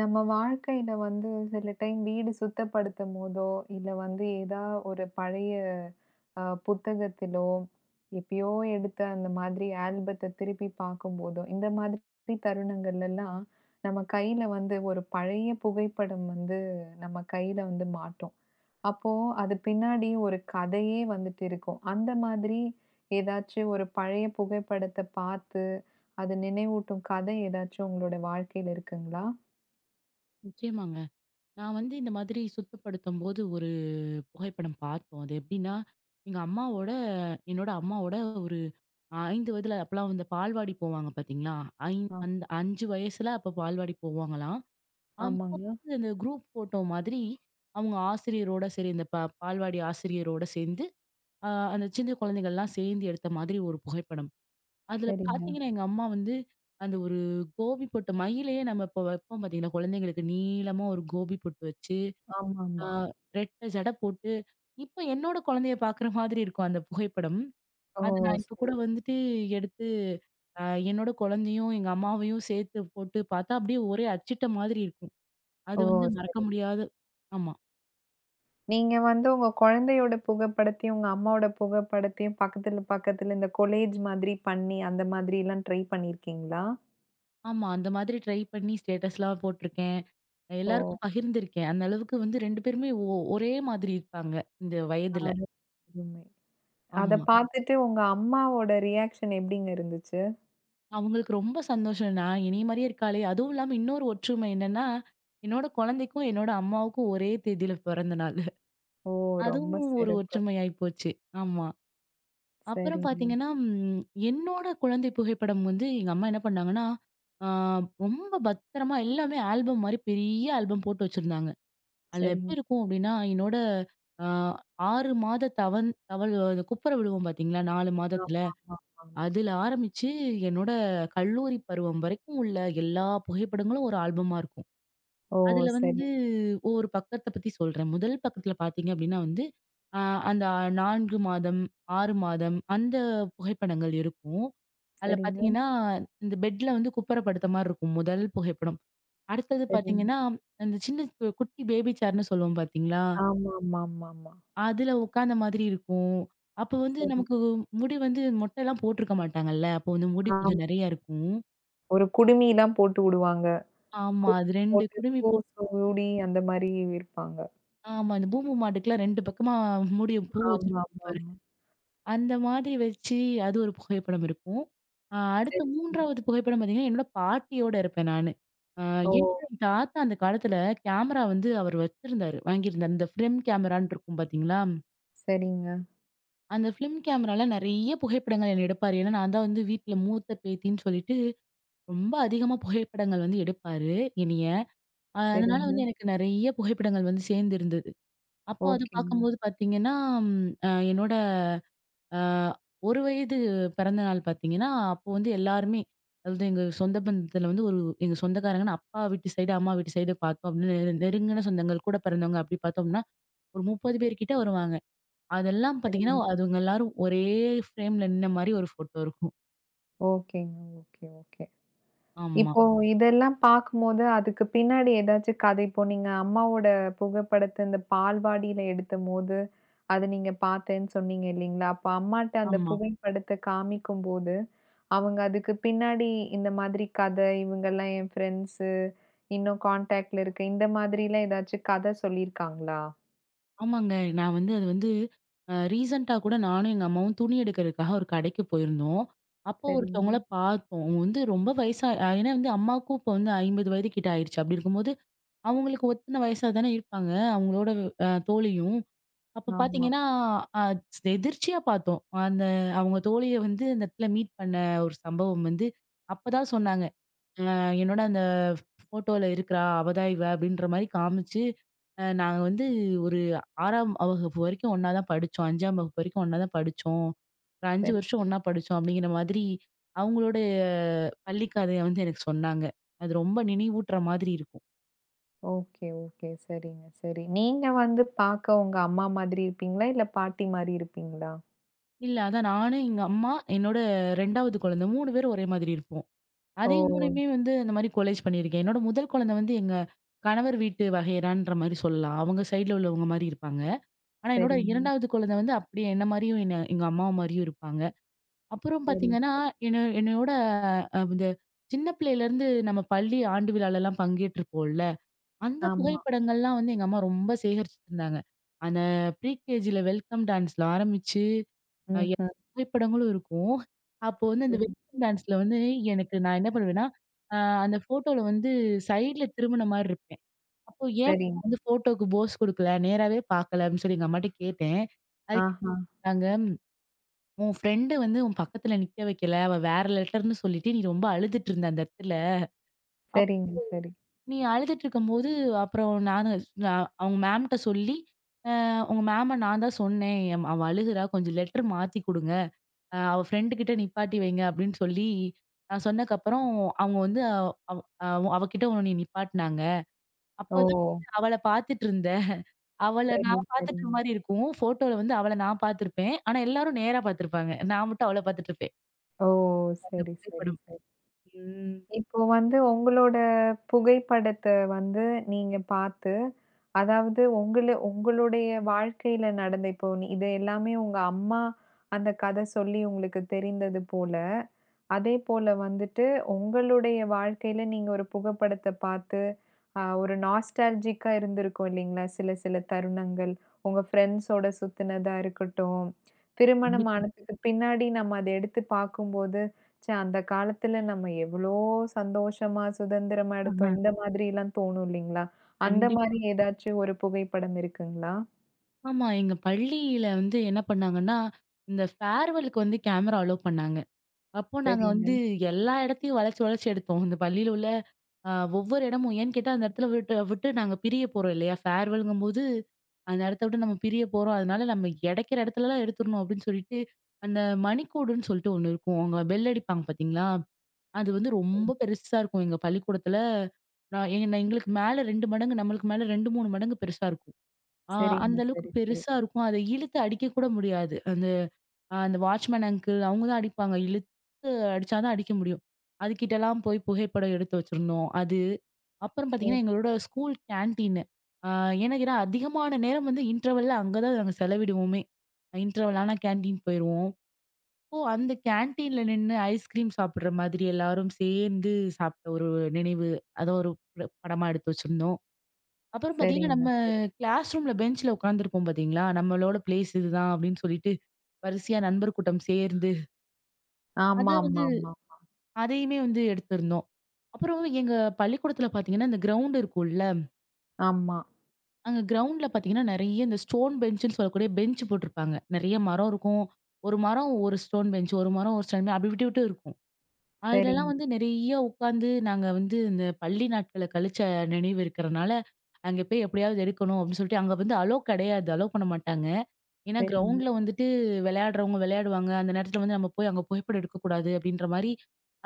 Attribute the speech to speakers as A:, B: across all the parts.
A: நம்ம வாழ்க்கையில வந்து சில டைம் வீடு சுத்தப்படுத்தும் போதோ, இல்ல வந்து ஒரு பழைய புத்தகத்திலோ, எப்பயோ எடுத்த அந்த மாதிரி ஆல்பத்த திருப்பி பார்க்கும்போதோ, இந்த மாதிரி தருணங்கள்லலாம் நம்ம கையில வந்து ஒரு பழைய புகைப்படம் வந்து நம்ம கையில வந்து மாட்டும். அப்போ அது பின்னாடி ஒரு கதையே வந்துட்டு இருக்கும். அந்த மாதிரி ஏதாச்சும் ஒரு பழைய புகைப்படத்த பார்த்து, அது நினைவூட்டும் கதை ஏதாச்சும் உங்களோட வாழ்க்கையில இருக்குங்களா?
B: நிச்சயமாங்க. நான் வந்து இந்த மாதிரி சுத்தப்படுத்தும்போது ஒரு புகைப்படம் பார்த்தோம். அது எப்படின்னா, எங்க அம்மாவோட என்னோட அம்மாவோட ஒரு 5 வயதுல அப்பலாம் வந்து பால்வாடி போவாங்க பார்த்தீங்களா? ஐ அந்த 5 வயசுல அப்ப பால்வாடி போவாங்களாம். அப்போ
A: ஆமாங்க.
B: வந்து அந்த குரூப் ஃபோட்டோ மாதிரி அவங்க ஆசிரியரோட சரி இந்த ப பால்வாடி ஆசிரியரோட சேர்ந்து, அ அந்த சின்ன குழந்தைகள்லாம் சேர்ந்து எடுத்த மாதிரி ஒரு புகைப்படம். அதுல
A: சரிங்க.
B: பார்த்தீங்கன்னா, எங்க அம்மா வந்து அந்த ஒரு கோபி பொட்டு மயிலையே நம்ம இப்போ வைப்போம் பார்த்தீங்களா? குழந்தைங்களுக்கு நீளமா ஒரு கோபி பொட்டு வச்சு ஆ
A: ஆமாமா.
B: ரெட்ட ஜட போட்டு, இப்ப என்னோட குழந்தைய பார்க்குற மாதிரி இருக்கும் அந்த புகைப்படம்.
A: ஓ!
B: அத நான் இப்ப
A: சரி.
B: கூட வந்துட்டு எடுத்து, அ என்னோட குழந்தையும், எங்க அம்மாவையும் சேர்த்து போட்டு பார்த்தா, அப்படியே ஒரே அச்சிட்ட மாதிரி இருக்கும்.
A: ஓ!
B: அது வந்து மறக்க
A: சரி.
B: முடியாத ஆமா,
A: நீங்க வந்து உங்க குழந்தையோட புகைப்படத்தையும், உங்க அம்மாவோட புகைப்படத்தையும் பக்கத்துல, பக்கத்துல இந்த கொலேஜ் மாதிரி பண்ணி, அந்த மாதிரிலாம் ட்ரை பண்ணியிருக்கீங்களா?
B: ஆமா. அந்த மாதிரி ட்ரை பண்ணி ஸ்டேட்டஸ்லாம் போட்டிருக்கேன்.
A: ஓ!
B: எல்லாருக்கும் பகிர்ந்திருக்கேன். அந்த அளவுக்கு வந்து 2 பேருமே ஒரே மாதிரி இருப்பாங்க, இந்த வயதுல.
A: அரு மை. அத
B: ஆமா.
A: பார்த்துட்டு உங்க அம்மாவோட ரியாக்ஷன் எப்படிங்க இருந்துச்சு?
B: அவங்களுக்கு ரொம்ப சந்தோஷம். நான் என்னைய மாரியே இருக்காளே! அதுவும் இல்லாம இன்னொரு ஒற்றுமை என்னன்னா, என்னோட குழந்தைக்கும், என்னோட அம்மாவுக்கும் ஒரே தேதியில பிறந்த நாள்.
A: ஓ! ரொம்ப
B: அதுவும் ஒரு
A: சிறப்பு.
B: ஒற்றுமையாயி போச்சு. ஆமா. அப்புறம்
A: சரிங்க,
B: பார்த்தீங்கன்னா, என்னோட குழந்தை புகைப்படம் வந்து எங்க அம்மா என்ன பண்ணாங்கன்னா, ஆ ரொம்ப பத்திரமா எல்லாமே ஆல்பம் மாரி பெரிய ஆல்பம் போட்டு வச்சிருந்தாங்க. அதில
A: சரிங்க.
B: எப்படி இருக்கும் அப்டின்னா, என்னோட ஆ 6 மாத தவழ் அந்த குப்புற விழுவோம் பார்த்தீங்களா? 4 மாதத்தில.
A: ஆமாமாமாமா.
B: அதுல ஆரம்பிச்சு என்னோட கல்லூரி பருவம் வரைக்கும் உள்ள எல்லா புகைப்படங்களும் ஒரு ஆல்பமா இருக்கும்.
A: ஓ!
B: அதுல
A: சரி,
B: வந்து ஒவ்வொரு பக்கத்த பத்தி சொல்றேன். முதல் பக்கத்துல பார்த்தீங்க அப்டின்னா வந்து, அ அந்த 4 மாதம், 6 மாதம் அந்த புகைப்படங்கள் இருக்கும். அதுல
A: சரிங்க,
B: பார்த்தீங்கன்னா, இந்த பெட்ல வந்து குப்புற படுத்த மாரி இருக்கும் முதல் புகைப்படம். அடுத்தது
A: சரிங்க.
B: பார்த்தீங்கன்னா, அந்த சின்ன குட்டி பேபி சேர்ன்னு சொல்லுவோம் பார்த்தீங்களா?
A: ஆமாமாமாமா.
B: அதுல உட்காந்த மாதிரி இருக்கும். அப்ப வந்து
A: சரி.
B: நமக்கு முடி வந்து மொட்டைலாம் போட்டுருக்க மாட்டாங்கல்ல. அப்போ வந்து முடி
A: ஆம்.
B: கொஞ்சம் நெறைய இருக்கும்.
A: ஒரு குடுமிலாம் போட்டு உடுவாங்க.
B: ஆமா.
A: குருவி
B: அது 2
A: போட்டு
B: குடுமி
A: பூ
B: போ
A: சூடி அந்த மாரி விற்பாங்க.
B: ஆமா. அந்த பூம்பு மாட்டுக்குலாம் 2 பக்கமா முடிய பூ வச்சிருப்பாங்க
A: ஆமாமாமா.
B: பாரு. அந்த மாதிரி வச்சு அது ஒரு புகைப்படம் இருக்கும். அடுத்த
A: சரி.
B: 3வது புகைப்படம் பார்த்தீங்கன்னா, என்னோட பாட்டியோட இருப்பேன் நானு. அ
A: ஓ!
B: என்கிட்ட என் தாத்தா அந்த காலத்துல கேமரா வந்து அவர் வச்சிருந்தாரு. வாங்கியிருந்தாரு. இந்த ஃபிலிம் கேமரான்னு இருக்கும் பார்த்தீங்களா?
A: சரிங்க,
B: அந்த ஃபிலிம் கேமரால நெறைய புகைப்படங்கள் என்ன எடுப்பாரு. ஏன்னா, நான் தான் வந்து வீட்ல மூத்த பேத்தின்னு சொல்லிட்டு, ரொம்ப அதிகமா புகைப்படங்கள் வந்து எடுப்பாரு என்னைய. அதனால
A: சரிங்க.
B: வந்து எனக்கு நெறைய புகைப்படங்கள் வந்து சேர்ந்திருந்தது. அப்போ அது
A: ஓகேங்க,
B: பார்க்கும்போது பார்த்தீங்கன்னா, ம் அ என்னோட அ 1 வயது பிறந்த நாள் பார்த்தீங்கன்னா, அப்போ வந்து எல்லாருமே அதாவது எங்க சொந்த பந்தத்துல வந்து ஒரு எங்க சொந்தக்காரங்கன்னு அப்பா வீட்டு சைடு, அம்மா வீட்டு சைடு பார்த்தோம் அப்டின்னா, நெருங்கின சொந்தங்கள் கூட பிறந்தவங்க அப்டி பார்த்தோம்னா, ஒரு 30 பேர் கிட்ட வருவாங்க. அதெல்லாம் பாத்தீங்கன்னா,
A: சரிங்க.
B: அதுங்க எல்லாரும் ஒரே ஃப்ரேம்ல நின்ன மாரி ஒரு ஃபோட்டோ இருக்கும்.
A: ஓகேங்க. Okay, okay.
B: ஆமா,
A: இப்போ இதெல்லாம் பார்க்கும்போது, அதுக்கு பின்னாடி ஏதாச்சும் கதை இப்போ நீங்க அம்மாவோட புகைப்படத்த இந்த பால்வாடியில எடுத்தபோது, அத நீங்க பார்த்தேன்னு சொன்னீங்க இல்லீங்களா? அப்ப அம்மாட்ட அந்த
B: ஆமா.
A: புகைப்படத்த காமிக்கும்போது அவங்க அதுக்கு பின்னாடி இந்த மாதிரி கதை, இவங்கலாம் என் ஃப்ரெண்ட்ஸு, இன்னும் கான்டாக்ட்ல இருக்கு. இந்த மாதிரிலாம் ஏதாச்சும் கதை சொல்லியிருக்காங்களா?
B: ஆமாங்க. நான் வந்து அது வந்து அ ரீசென்ட்டா கூட நானும் எங்க அம்மாவும் துணி எடுக்கிறதுக்காக ஒரு கடைக்கு போயிருந்தோம். அப்போ
A: சரிங்க.
B: ஒருத்தவங்கள பார்த்தோம். அவங்க வந்து ரொம்ப வயசா, ஏன்னா வந்து அம்மாவுக்கும் இப்போ வந்து 50 வயது கிட்ட ஆயிருச்சு. அப்படி இருக்கும்போது, அவங்களுக்கு ஒத்தன வயசா தானே இருப்பாங்க அவங்களோட தோழியும். அப்ப
A: ஆமா.
B: பாத்தீங்கன்னா, அ எதிர்ச்சியா பார்த்தோம். அந்த அவங்க தோழிய வந்து அந்த இடத்துல மீட் பண்ண ஒரு சம்பவம் வந்து அப்பதான் சொன்னாங்க. என்னோட அந்த ஃபோட்டோல இருக்கிறா! அவ தான் இவ அப்படின்ற மாரி காமிச்சு, நாங்க வந்து ஒரு 6ஆம் வகுப்பு வரைக்கும் ஒண்ணா தான் படிச்சோம். 5ஆம் வகுப்பு வரைக்கும் ஒண்ணா தான் படிச்சோம். ஒரு 5
A: சரி.
B: வருஷம் ஒண்ணா படிச்சோம் அப்படிங்கிற மாதிரி அவங்களோட பள்ளி கதைய வந்து எனக்கு சொன்னாங்க. அது ரொம்ப நினைவூட்டுற மாதிரி இருக்கும்.
A: Okay, okay. சரிங்க, சரி. நீங்க வந்து பார்க்க உங்க அம்மா மாதிரி இருப்பீங்களா? இல்ல பாட்டி மாரி இருப்பீங்களா?
B: இல்ல அதான் நானு, எங்க அம்மா, என்னோட 2வது குழந்தை 3 பேரும் ஒரே மாதிரி இருப்போம்.
A: ஓ!
B: அதே 3யுமே வந்து இந்த மாரி கொலேஜ் பண்ணியிருக்கேன். என்னோட முதல் குழந்தை வந்து எங்க கணவர் வீட்டு வகையறான்ற மாரி சொல்லலாம். அவங்க சைடுல உள்ளவங்க மாரி இருப்பாங்க. ஆனா, என்னோட
A: சரிங்க.
B: 2வது குழந்தை வந்து அப்படியே என்ன மாரியும், என்ன எங்க அம்மாவ மாரியும் இருப்பாங்க. அப்புறம்
A: சரி,
B: பார்த்தீங்கன்னா,
A: சரி.
B: என்னையோட இந்த சின்ன பிள்ளையிலேருந்து நம்ம பள்ளி ஆண்டு விழாலலாம் பங்கேற்றிருப்போம்ல, அந்த
A: ஆமா.
B: புகைப்படங்கள்லாம் வந்து எங்க அம்மா ரொம்ப சேகரிச்சுருந்தாங்க. அந்த ப்ரீகேஜில வெல்கம் டான்ஸ்ல ஆரம்பிச்சு,
A: ம்ஹ்ம்.
B: எல்லா புகைப்படங்களும் இருக்கும். அப்போ வந்து அந்த
A: சரி.
B: வெல்கம் டான்ஸ்ல வந்து நான் என்ன பண்ணுவேன்னா, அ அந்த ஃபோட்டோல வந்து சைட்ல திரும்புன மாரி இருப்பேன். அப்போ ஏன்
A: சரிங்க.
B: வந்து ஃபோட்டோக்கு போஸ் குடுக்கல? நேராவே பார்க்கல அப்படின்னு சொல்லி எங்க அம்மாட்ட கேட்டேன். அதுக்கு
A: ஆஹா.
B: சொன்னாங்க, "உன் ஃப்ரெண்டு வந்து உன் பக்கத்துல நிக்க வைக்கல. அவ வேற லெட்டர்ன்னு சொல்லிட்டு நீ ரொம்ப அழுதுட்டு இருந்த அந்த இடத்துல. அப்
A: சரிங்க, சரி.
B: நீ அழுதுட்டு இருக்கும்போது அப்புறம் நான் அவங்க மேம்ட்ட சொல்லி, அ உங்க மேம நான் தான் சொன்னேன். அவ அழுகுறா. கொஞ்சம் லெட்டர் மாத்தி குடுங்க. அவ ஃப்ரெண்டு கிட்ட நிப்பாட்டி வைங்க" அப்படின்னு சொல்லி நான் சொன்னதுக்கப்புறம் அவங்க வந்து அவ அவ அவ அவ கிட்ட உன்ன நிப்பாட்டுனாங்க.
A: ஓ!
B: அப்போதான் அவள பார்த்துட்டு இருந்த. அவள
A: சரி,
B: நான் பாத்துட்டு இருக்க
A: சரிங்க.
B: மாரி இருக்கும். ஃபோட்டோல வந்து அவள நான் பாத்துருப்பேன். ஆனா எல்லாரும் நேரா பாத்துருப்பாங்க. நான் மட்டும் அவள பாத்துட்டு இருப்பேன்.
A: ஓ!
B: அந்த
A: சரி, சரி,
B: புகைப்படம்.
A: சரி.
B: ம்.
A: இப்போ வந்து உங்களோட புகைப்படத்த வந்து நீங்க பார்த்து, அதாவது உங்கள உங்களுடைய வாழ்க்கையில நடந்த இப்போ இது எல்லாமே உங்க அம்மா அந்த கதை சொல்லி உங்களுக்கு தெரிந்தது போல. அதேபோல வந்துட்டு, உங்களுடைய வாழ்க்கையில நீங்க ஒரு புகைப்படத்த பார்த்து, ஒரு நாஸ்டால்ஜிக்கா இருந்திருக்கும் இல்லைங்களா? சில சில தருணங்கள். உங்க ஃப்ரெண்ட்ஸோட சுத்துனதா இருக்கட்டும், திருமணம்
B: கண்டிப்பா.
A: ஆனதுக்கு பின்னாடி நம்ம அத எடுத்து பார்க்கும்போது, ச்சே! அந்த காலத்துல நம்ம எவ்வளோ சந்தோஷமா, சுதந்திரமா
B: ஆஹா.
A: எடுத்தோம். இந்த மாதிரிலாம் தோணும் இல்லைங்களா? அந்த மாரி
B: கண்டிப்பா.
A: ஏதாச்சும் ஒரு புகைப்படம் இருக்குங்களா?
B: ஆமா. எங்க பள்ளியில வந்து என்ன பண்ணாங்கன்னா, இந்த ஃபேர்வெலுக்கு வந்து கேமரா அலோ பண்ணாங்க. அப்போ நாங்க
A: சரிங்க.
B: வந்து எல்லா இடத்தையும் வளைச்சு, வளைச்சு எடுத்தோம். இந்த பள்ளியில உள்ள அ ஒவ்வொரு இடமும் ஏன்னு கேட்டா, அந்த இடத்துல விட்டு விட்டு நாங்க பிரிய போறோம் இல்லையா? ஃபேர்வெல்ங்கும்போது, அந்த இடத்த விட்டு நம்ம பிரிய போறோம். அதனால நம்ம கிடைக்கிற இடத்துலலாம் எடுத்துடணும் அப்படின்னு சொல்லிட்டு, அந்த மணிக்கூடுன்னு சொல்லிட்டு ஒண்ணு இருக்கும். அவங்க பெல் அடிப்பாங்க பார்த்தீங்களா? அது வந்து ரொம்ப பெருசா இருக்கும் எங்க பள்ளிக்கூடத்துல. நான் என் எங்களுக்கு மேல 2 மடங்கு நம்மளுக்கு மேல 2, 3 மடங்கு பெருசா இருக்கும். ஆ
A: சரிங்க.
B: அந்த அளவுக்கு
A: சரி, சரி.
B: பெருசா இருக்கும். அத இழுத்து அடிக்க கூட முடியாது. அந்த வாட்ச்மேன் அங்கிள் அவங்க தான் அடிப்பாங்க. இழுத்து அடிச்சா தான் அடிக்க முடியும். அதுகிட்டலாம் போய் புகைப்படம் எடுத்து வச்சிருந்தோம். அது. அப்புறம்
A: ம்.
B: பார்த்தீங்கன்னா, எங்களோட ஸ்கூல் கேன்டீனு. அ ஏன்னா அதிகமான நேரம் வந்து இன்டர்வல்ல அங்க தான் நாங்க செலவிடுவோமே. இன்டர்வல் ஆனா கேன்டீன் போயிருவோம். அப்போ அந்த கேன்டீன்ல நின்னு ஐஸ்கிரீம் சாப்பிடுற மாதிரி எல்லாரும் சேர்ந்து சாப்பிட்ட ஒரு நினைவு. அத ஒரு படமா எடுத்து வச்சிருந்தோம். அப்புறம் பார்த்தீங்கன்னா,
A: சரிங்க.
B: நம்ம
A: சரி.
B: கிளாஸ் ரூம்ல பெஞ்ச்ல உட்காந்துருப்போம் பார்த்தீங்களா? நம்மளோட பிளேஸ் இதுதான் அப்படின்னு சொல்லிட்டு வரிசையா நண்பர் கூட்டம் சேர்ந்து அத
A: ஆமா,
B: வந்து
A: ஆமா, ஆமா.
B: அதையுமே வந்து எடுத்திருந்தோம். அப்புறம் எங்க பள்ளிக்கூடத்துல பார்த்தீங்கன்னா, இந்த கிரவுண்ட் இருக்கும்ல.
A: ஆமா.
B: அங்க கிரவுண்ட்ல பார்த்தீங்கன்னா, நெறைய இந்த ஸ்டோன் பெஞ்சுன்னு சொல்லக்கூடிய பெஞ்ச் போட்டிருப்பாங்க. நெறைய மரம் இருக்கும். ஒரு மரம் ஒரு ஸ்டோன் பெஞ்ச், ஒரு மரம் ஒரு ஸ்டோன் அப்படி விட்டு விட்டு இருக்கும். அதுலலாம்
A: சரிங்க.
B: வந்து நெறைய உட்காந்து நாங்க வந்து இந்த பள்ளி நாட்கள கழிச்ச நினைவு இருக்கிறனால, அங்க போய் எப்படியாவது எடுக்கணும் அப்படின்னு சொல்லிட்டு அங்க வந்து அலோ கிடையாது. அலோ பண்ண மாட்டாங்க. ஏன்னா
A: சரிங்க,
B: கிரவுண்ட்ல வந்துட்டு விளையாடுறவங்க விளையாடுவாங்க. அந்த நேரத்துல வந்து நம்ம போய் அங்க புகைப்படம் எடுக்கக்கூடாது அப்படின்ற மாரி,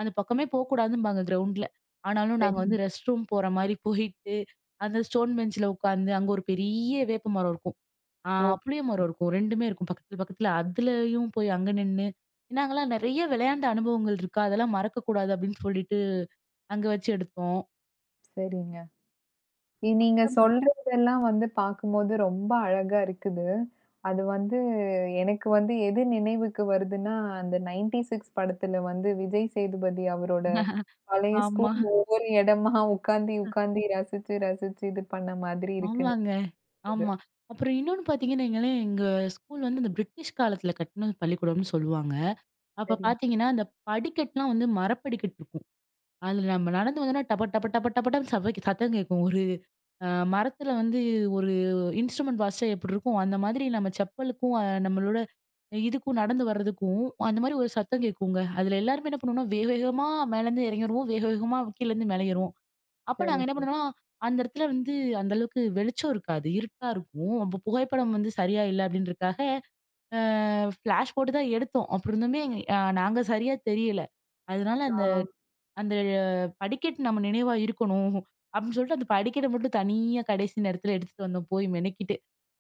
B: அந்த பக்கமே போக்கூடாதும்பாங்க கிரவுண்ட்ல. ஆனாலும் நாங்க
A: சரிங்க.
B: வந்து ரெஸ்ட் ரூம் போற மாரி போயிட்டு, அந்த ஸ்டோன் பெஞ்ச்ல உட்காந்து, அங்க ஒரு பெரிய வேப்ப மரம் இருக்கும். ஆ
A: ஓகே.
B: புளிய மரம் இருக்கும். 2மே இருக்கும் பக்கத்துல, பக்கத்துல. அதுலயும் போய் அங்க நின்னு நாங்கலாம் நெறைய விளையாண்ட அனுபவங்கள் இருக்கு. அதெல்லாம் மறக்கக்கூடாது அப்படின்னு சொல்லிட்டு அங்க வச்சு எடுத்தோம்.
A: சரிங்க. நீங்க
B: அப்புறமா
A: சொல்றதெல்லாம் வந்து பார்க்கும்போது ரொம்ப அழகா இருக்குது. அது வந்து எனக்கு வந்து எது நினைவுக்கு வருதுன்னா, அந்த 96 படத்துல வந்து விஜய் சேதுபதி அவரோட பழைய
B: ஆமா.
A: ஸ்கூல் ஒவ்வொரு இடமா உட்காந்து, உட்காந்து ரசிச்சு, ரசிச்சு இது பண்ண மாதிரி இருக்குன்னு
B: ஆமாங்க.
A: இது.
B: ஆமா. அப்புறம் இன்னொன்னு பார்த்தீங்கன்னு வைங்களேன், எங்க ஸ்கூல் வந்து இந்த பிரிட்டிஷ் காலத்துல கட்டுன பள்ளிக்கூடம்னு சொல்லுவாங்க. அப்ப
A: சரி,
B: பார்த்தீங்கன்னா, அந்த படிக்கட்டுலாம் வந்து மரப்படிக்கட்டு இருக்கும். அதுல நம்ம நடந்து வந்தோம்னா டப டப டப டபடன்னு சத்தம் கேட்கும். ஒரு அ மரத்துல வந்து ஒரு இன்ஸ்ட்ருமெண்ட் வாசிச்சா எப்படி இருக்கும், அந்த மாதிரி நம்ம செப்பலுக்கும் நம்மளோட இதுக்கும் நடந்து வர்றதுக்கும் அந்த மாரி ஒரு சத்தம் கேட்குங்க. அதுல எல்லாருமே என்ன பண்ணுவோம்னா, வேக வேகமா மேலேருந்து இறங்கிருவோம். வேக வேகமா கீழேருந்து மேல ஏறுவோம். அப்ப
A: சரி,
B: நாங்க என்ன
A: சரி.
B: பண்ணுவோம்னா, அந்த இடத்துல வந்து அந்த அளவுக்கு வெளிச்சம் இருக்காது. இருட்டா இருக்கும். அப்ப புகைப்படம் வந்து சரியா இல்ல அப்படின்றதுக்காக, அ ஃபிளாஷ் போட்டு தான் எடுத்தோம். அப்படி இருந்துமே, நாங்க சரியா தெரியல. அதனால
A: ஆ.
B: அந்த அந்த படிக்கட்டு நம்ம நினைவா இருக்கணும். அப்படின்னு சொல்லிட்டு அந்த படிக்கட்ட மட்டும் தனியா கடைசி நேரத்துல எடுத்துட்டு வந்தோம் போய் மெனக்கிட்டு.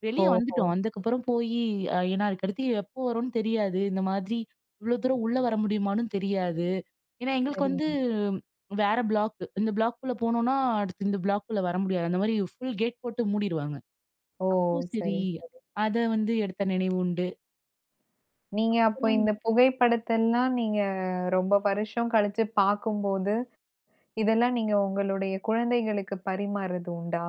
B: வெளிய
A: ஓஹோ!
B: வந்துட்டோம். வந்ததுக்கப்புறம் போயி ஏன்னா அதுக்கடுத்து எப்போ வரும்னு தெரியாது. இந்த மாதிரி இவ்வளோ தூரம் உள்ள வர முடியுமான்னு தெரியாது. ஏன்னா எங்களுக்கு வந்து
A: சரிங்க.
B: வேற பிளாக். இந்த பிளாக்குள்ள போனோம்னா, அடுத்து இந்த பிளாக்குள்ள வர முடியாது. அந்த மாரி ஃபுல் கேட் போட்டு மூடிருவாங்க.
A: ஓ!
B: அப்போ சரி,
A: சரி, சரி.
B: அத வந்து எடுத்த நினைவு உண்டு.
A: நீங்க அப்போ
B: அப்புறம்
A: இந்த புகைப்படத்தெல்லாம் நீங்க ரொம்ப வருஷம் கழிச்சு பார்க்கும்போது இதெல்லாம் நீங்க உங்களுடைய குழந்தைகளுக்கு பரிமாறது உண்டா?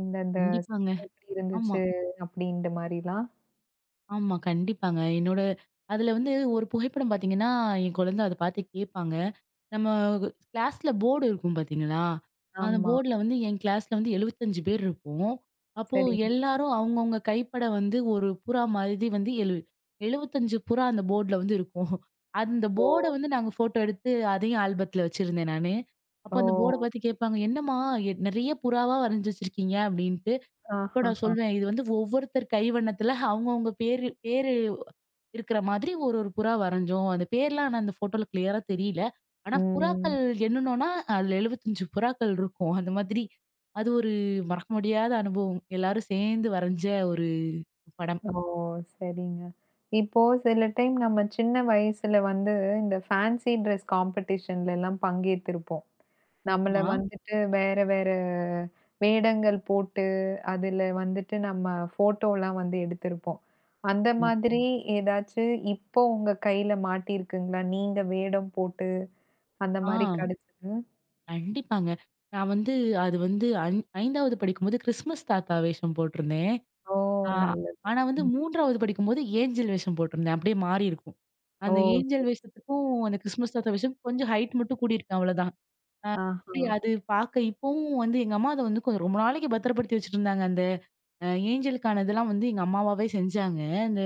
A: இந்த இந்த
B: கண்டிப்பாங்க.
A: எப்படி
B: ஆமா.
A: இருந்துச்சு அப்படின்ற மாரிலாம்?
B: ஆமா. கண்டிப்பாங்க. என்னோட அதுல வந்து ஒரு புகைப்படம் பார்த்தீங்கன்னா, என் குழந்தை அத பார்த்து கேட்பாங்க. நம்ம கிளாஸ்ல போர்டு இருக்கும் பார்த்தீங்களா? அந்த
A: ஆமா.
B: போர்டுல வந்து என் கிளாஸ்ல வந்து 75 பேர் இருப்போம். அப்போ
A: சரிங்க.
B: எல்லாரும் அவங்கவங்க கைப்பட வந்து ஒரு புறா மாதிரி வந்து 75 புறா அந்த போர்டுல வந்து இருக்கும். அந்த
A: ஓ!
B: போர்ட வந்து நாங்க ஃபோட்டோ எடுத்து அதையும் ஆல்பத்துல வச்சிருந்தேன் நானு. அப்போ
A: ஓ!
B: அந்த போர்ட பார்த்து கேட்பாங்க, "என்னம்மா நெறைய புறாவா வரைஞ்சு வச்சிருக்கீங்க?" அப்டின்ட்டு. அப்ப நான்
A: ஆஹஹா!
B: சொல்வேன், இது வந்து ஒவ்வொருத்தர் கைவண்ணத்துல அவங்கவங்க பேரு பேரு இருக்கிற மாதிரி ஒரு ஒரு புறா வரைஞ்சோம். அந்த பேர்லாம் ஆனா அந்த ஃபோட்டோல கிளியரா தெரியல. ஆனா
A: ம்.
B: புறாக்கள் எண்ணுனோம்னா, அதுல 75 புறாக்கள் இருக்கும். அந்த மாதிரி. அது ஒரு மறக்க முடியாத அனுபவம். எல்லாரும் சேர்ந்து வரைஞ்ச ஒரு படம்.
A: ஓ! சரிங்க. இப்போ சில டைம் நம்ம சின்ன வயசுல வந்து இந்த ஃபேன்சி ட்ரெஸ் காம்படிஷன்லலாம் பங்கேத்திருப்போம். நம்மள
B: ஆமா,
A: வந்துட்டு வேற வேற வேடங்கள் போட்டு, அதுல வந்துட்டு நம்ம ஃபோட்டோலாம் வந்து எடுத்திருப்போம். அந்த
B: ஆமா.
A: மாதிரி ஏதாச்சு இப்போ உங்க கையில மாட்டியிருக்குங்களா? நீங்க வேடம் போட்டு அந்த
B: ஆ
A: மாரி கிடைச்சது?
B: கண்டிப்பாங்க. நான் வந்து அது வந்து ஐந் 5வது படிக்கும்போது கிறிஸ்மஸ் தாத்தா வேஷம் போட்டிருந்தேன்.
A: ஓ!
B: ஆ.
A: நல்லது.
B: ஆனா வந்து
A: ம்.
B: 3வது படிக்கும்போது ஏஞ்சல் வேஷம் போட்டிருந்தேன். அப்படியே மாறி இருக்கும்.
A: ஓ!
B: அந்த ஏஞ்சல்
A: சரி.
B: வேஷத்துக்கும், அந்த கிறிஸ்மஸ் தாத்தா வேஷத்துக்கும் கொஞ்சம் ஹைட் மட்டும் கூடியிருக்கேன் அவ்வளோதான். அ அப்படி
A: ஆஹா.
B: அது பார்க்க இப்பவும் வந்து எங்க அம்மா அத வந்து ரொம்ப நாளைக்கு பத்திரப்படுத்தி வச்சிருந்தாங்க. அந்த அ ஏஞ்சலுக்கான இதெல்லாம் வந்து எங்க அம்மாவாவே செஞ்சாங்க. அந்த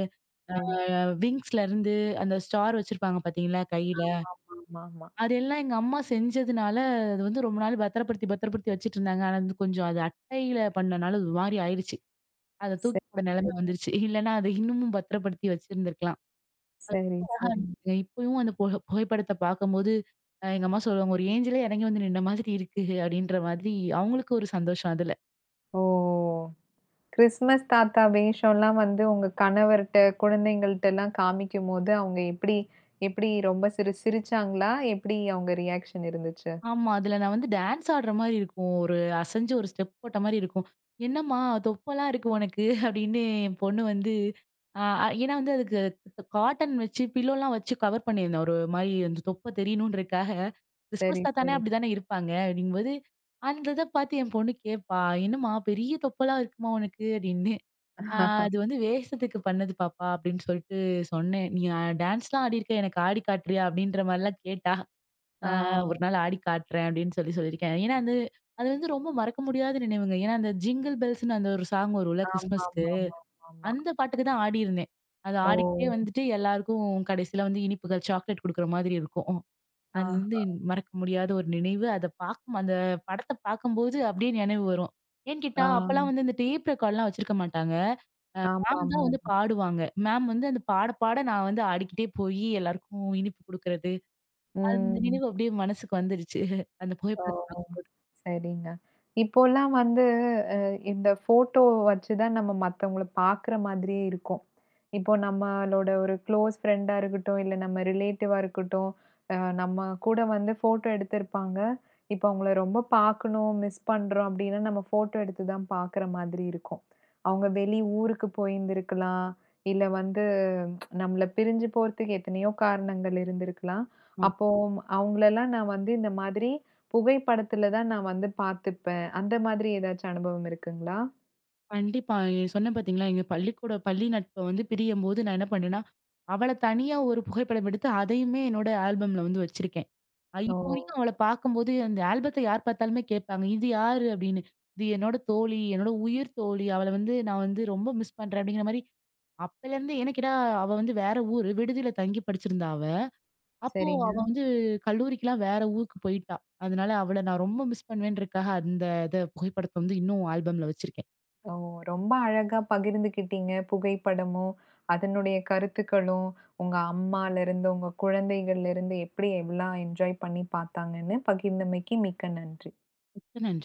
A: ஓ!
B: அ விங்ஸ்லருந்து அந்த ஸ்டார் வச்சிருப்பாங்க பார்த்தீங்களா கையில.
A: ஆமாமாமாமா.
B: அதெல்லாம் எங்க அம்மா செஞ்சதுனால, அது வந்து ரொம்ப நாள் பத்திரப்படுத்தி பத்திரப்படுத்தி வச்சுட்டு இருந்தாங்க. ஆனா வந்து கொஞ்சம் அது அட்டையில பண்ணனால ஒரு மாரி ஆயிருச்சு. அத தூக்கி
A: சரி,
B: போட
A: சரி.
B: நெலைம வந்துருச்சு. இல்லன்னா, அத இன்னமும் பத்திரப்படுத்தி வச்சிருந்திருக்கலாம்.
A: சரி, சரி.
B: இப்பயும் அந்த புகைப்படத்த பார்க்கும்போது, எங்க அம்மா சொல்லுவாங்க, "ஒரு ஏஞ்சிலே இறங்கி வந்து நின்ன மாதிரி இருக்கு" அப்படின்ற மாதிரி அவங்களுக்கு ஒரு சந்தோஷம். அதுல.
A: ஓ! கிறிஸ்மஸ் தாத்தா வேஷம்லாம் வந்து உங்க கணவர்ட்ட, குழந்தைங்கள்ட்டலாம் காமிக்கும்போது, அவங்க எப்படி எப்படி ரொம்ப சிரிச்சாங்களா? எப்படி அவங்க ரியாக்ஷன் இருந்துச்சு?
B: ஆமா. அதுல நான் வந்து டான்ஸ் ஆடுற மாரி இருக்கும். ஒரு அசஞ்சு ஒரு ஸ்டெப் போட்ட மாரி இருக்கும். "என்னம்மா தொப்பலா இருக்கு உனக்கு" அப்படின்னு என் பொண்ணு வந்து அ அ ஏன்னா வந்து அதுக்கு காட்டன் வச்சு பில்லோலாம் வச்சு கவர் பண்ணியிருந்தேன். ஒரு மாரி அந்த தொப்ப தெரியணுன்றதுக்காக.
A: சரி,
B: கிறிஸ்மஸ் தாத்தானே
A: சரி.
B: அப்படிதானே இருப்பாங்க. அப்படிங்கும்போது அந்த இத பார்த்து என் பொண்ணு கேட்பா. "என்னம்மா பெரிய தொப்பலா இருக்குமா உனக்கு" அப்படின்னு. நான் "அது வந்து வேஷத்துக்கு பண்ணது பாப்பா" அப்படின்னு சொல்லிட்டு சொன்னேன். "நீ டான்ஸ்லாம் ஆடியிருக்க எனக்கு ஆடி காட்டுறியா?" அப்படின்ற மாரிலாம் கேட்டா.
A: ஆ.
B: ஒரு நாள் ஆடி காட்டுறேன் அப்படின்னு சொல்லி சொல்லியிருக்கேன். ஏன்னா, அது அது வந்து ரொம்ப மறக்க முடியாத நினைவுங்க. ஏன்னா, அந்த ஜிங்கிள் பெல்ஸ்ன்னு அந்த ஒரு சாங் வரும்ல கிறிஸ்மஸ்க்கு.
A: ஆமாமாமாமாமா.
B: அந்த பாட்டுக்கு தான் ஆடியிருந்தேன். அது
A: ஓ!
B: ஆடிக்கிட்டே வந்துட்டு எல்லாருக்கும் கடைசியில வந்து இனிப்புகள், சாக்லேட் குடுக்குற மாதிரி இருக்கும். அது வந்து
A: ஆஹா.
B: மறக்க முடியாத ஒரு நினைவு. அத பார்க்கும் அந்த படத்த பார்க்கும்போது அப்படியே நினைவு வரும். ஏன்னு
A: ஆ.
B: கேட்டா, அப்பலாம் வந்து இந்த டேப் ரெக்கார்ட்லாம் வச்சிருக்க மாட்டாங்க. மேம் தான்
A: ஆமாமா.
B: வந்து பாடுவாங்க. மேம் வந்து அந்த பாட நான் வந்து ஆடிக்கிட்டே போயி எல்லாருக்கும் இனிப்பு குடுக்குறது, அந்த
A: ம்.
B: நினைவு அப்படியே மனசுக்கு வந்துருச்சு. அந்த
A: ஓ!
B: புகைப்படத்த
A: சரிங்க. இப்போலாம் வந்து அ இந்த ஃபோட்டோ வச்சு தான் நம்ம மத்தவங்கள பார்க்குற மாதிரியே இருக்கும். இப்போ நம்மளோட ஒரு க்ளோஸ் ஃப்ரெண்டா இருக்கட்டும், இல்ல நம்ம ரிலேட்டிவா இருக்கட்டும், அ நம்ம கூட வந்து ஃபோட்டோ எடுத்திருப்பாங்க. இப்போ அவங்கள ரொம்ப பார்க்கணும், மிஸ் பண்றோம் அப்டின்னா, நம்ம ஃபோட்டோ எடுத்து தான் பார்க்குற மாதிரி இருக்கும். அவங்க வெளி ஊருக்கு போயிருந்திருக்கலாம், இல்ல வந்து நம்மள பிரிஞ்சு போறதுக்கு எத்தனையோ காரணங்கள் இருந்திருக்கலாம்.
B: ம்.
A: அப்போ அவங்களலாம் நான் வந்து இந்த மாதிரி புகைப்படத்துல தான் நான் வந்து பார்த்துப்பேன். அந்த மாதிரி ஏதாச்சும் அனுபவம் இருக்குங்களா?
B: கண்டிப்பா. சொன்னேன் பார்த்தீங்களா, எங்க பள்ளி நட்ப வந்து பிரியும்போது நான் என்ன பண்ணேன்னா, அவள தனியா ஒரு புகைப்படம் எடுத்து அதையுமே என்னோட ஆல்பம்ல வந்து வச்சிருக்கேன்.
A: ஓ!
B: இப்போ வரைக்கும் அவள பார்க்கும்போது அந்த ஆல்பத்த யார் பார்த்தாலுமே கேட்பாங்க. "இது யாரு?" அப்படின்னு. "இது என்னோட தோழி, என்னோட உயிர் தோழி. அவள வந்து நான் வந்து ரொம்ப மிஸ் பண்றேன்." அப்படிங்கிற மாரி அப்பலேருந்து ஏன்னு கேட்டா, அவ வந்து வேற ஊரு. விடுதியில தங்கி படிச்சிருந்தா அவ. அப்போ அவ
A: சரிங்க.
B: வந்து கல்லூரிக்கெல்லாம் வேற ஊருக்கு போயிட்டா. அதனால அவள நான் ரொம்ப மிஸ் பண்ணுவேன்றதுக்காக அந்த புகைப்படத்த வந்து இன்னும் ஆல்பம்ல வச்சிருக்கேன்.
A: ஓ! ரொம்ப அழகா பகிர்ந்துக்கிட்டீங்க. புகைப்படமும், அதனுடைய கருத்துக்களும், உங்க அம்மாலருந்து, உங்க குழந்தைகள்லருந்து எப்படி எவ்வளோ என்ஜாய் பண்ணி பார்த்தாங்கன்னு பகிர்ந்தமைக்கு மிக்க நன்றி.
B: மிக்க நன்றி.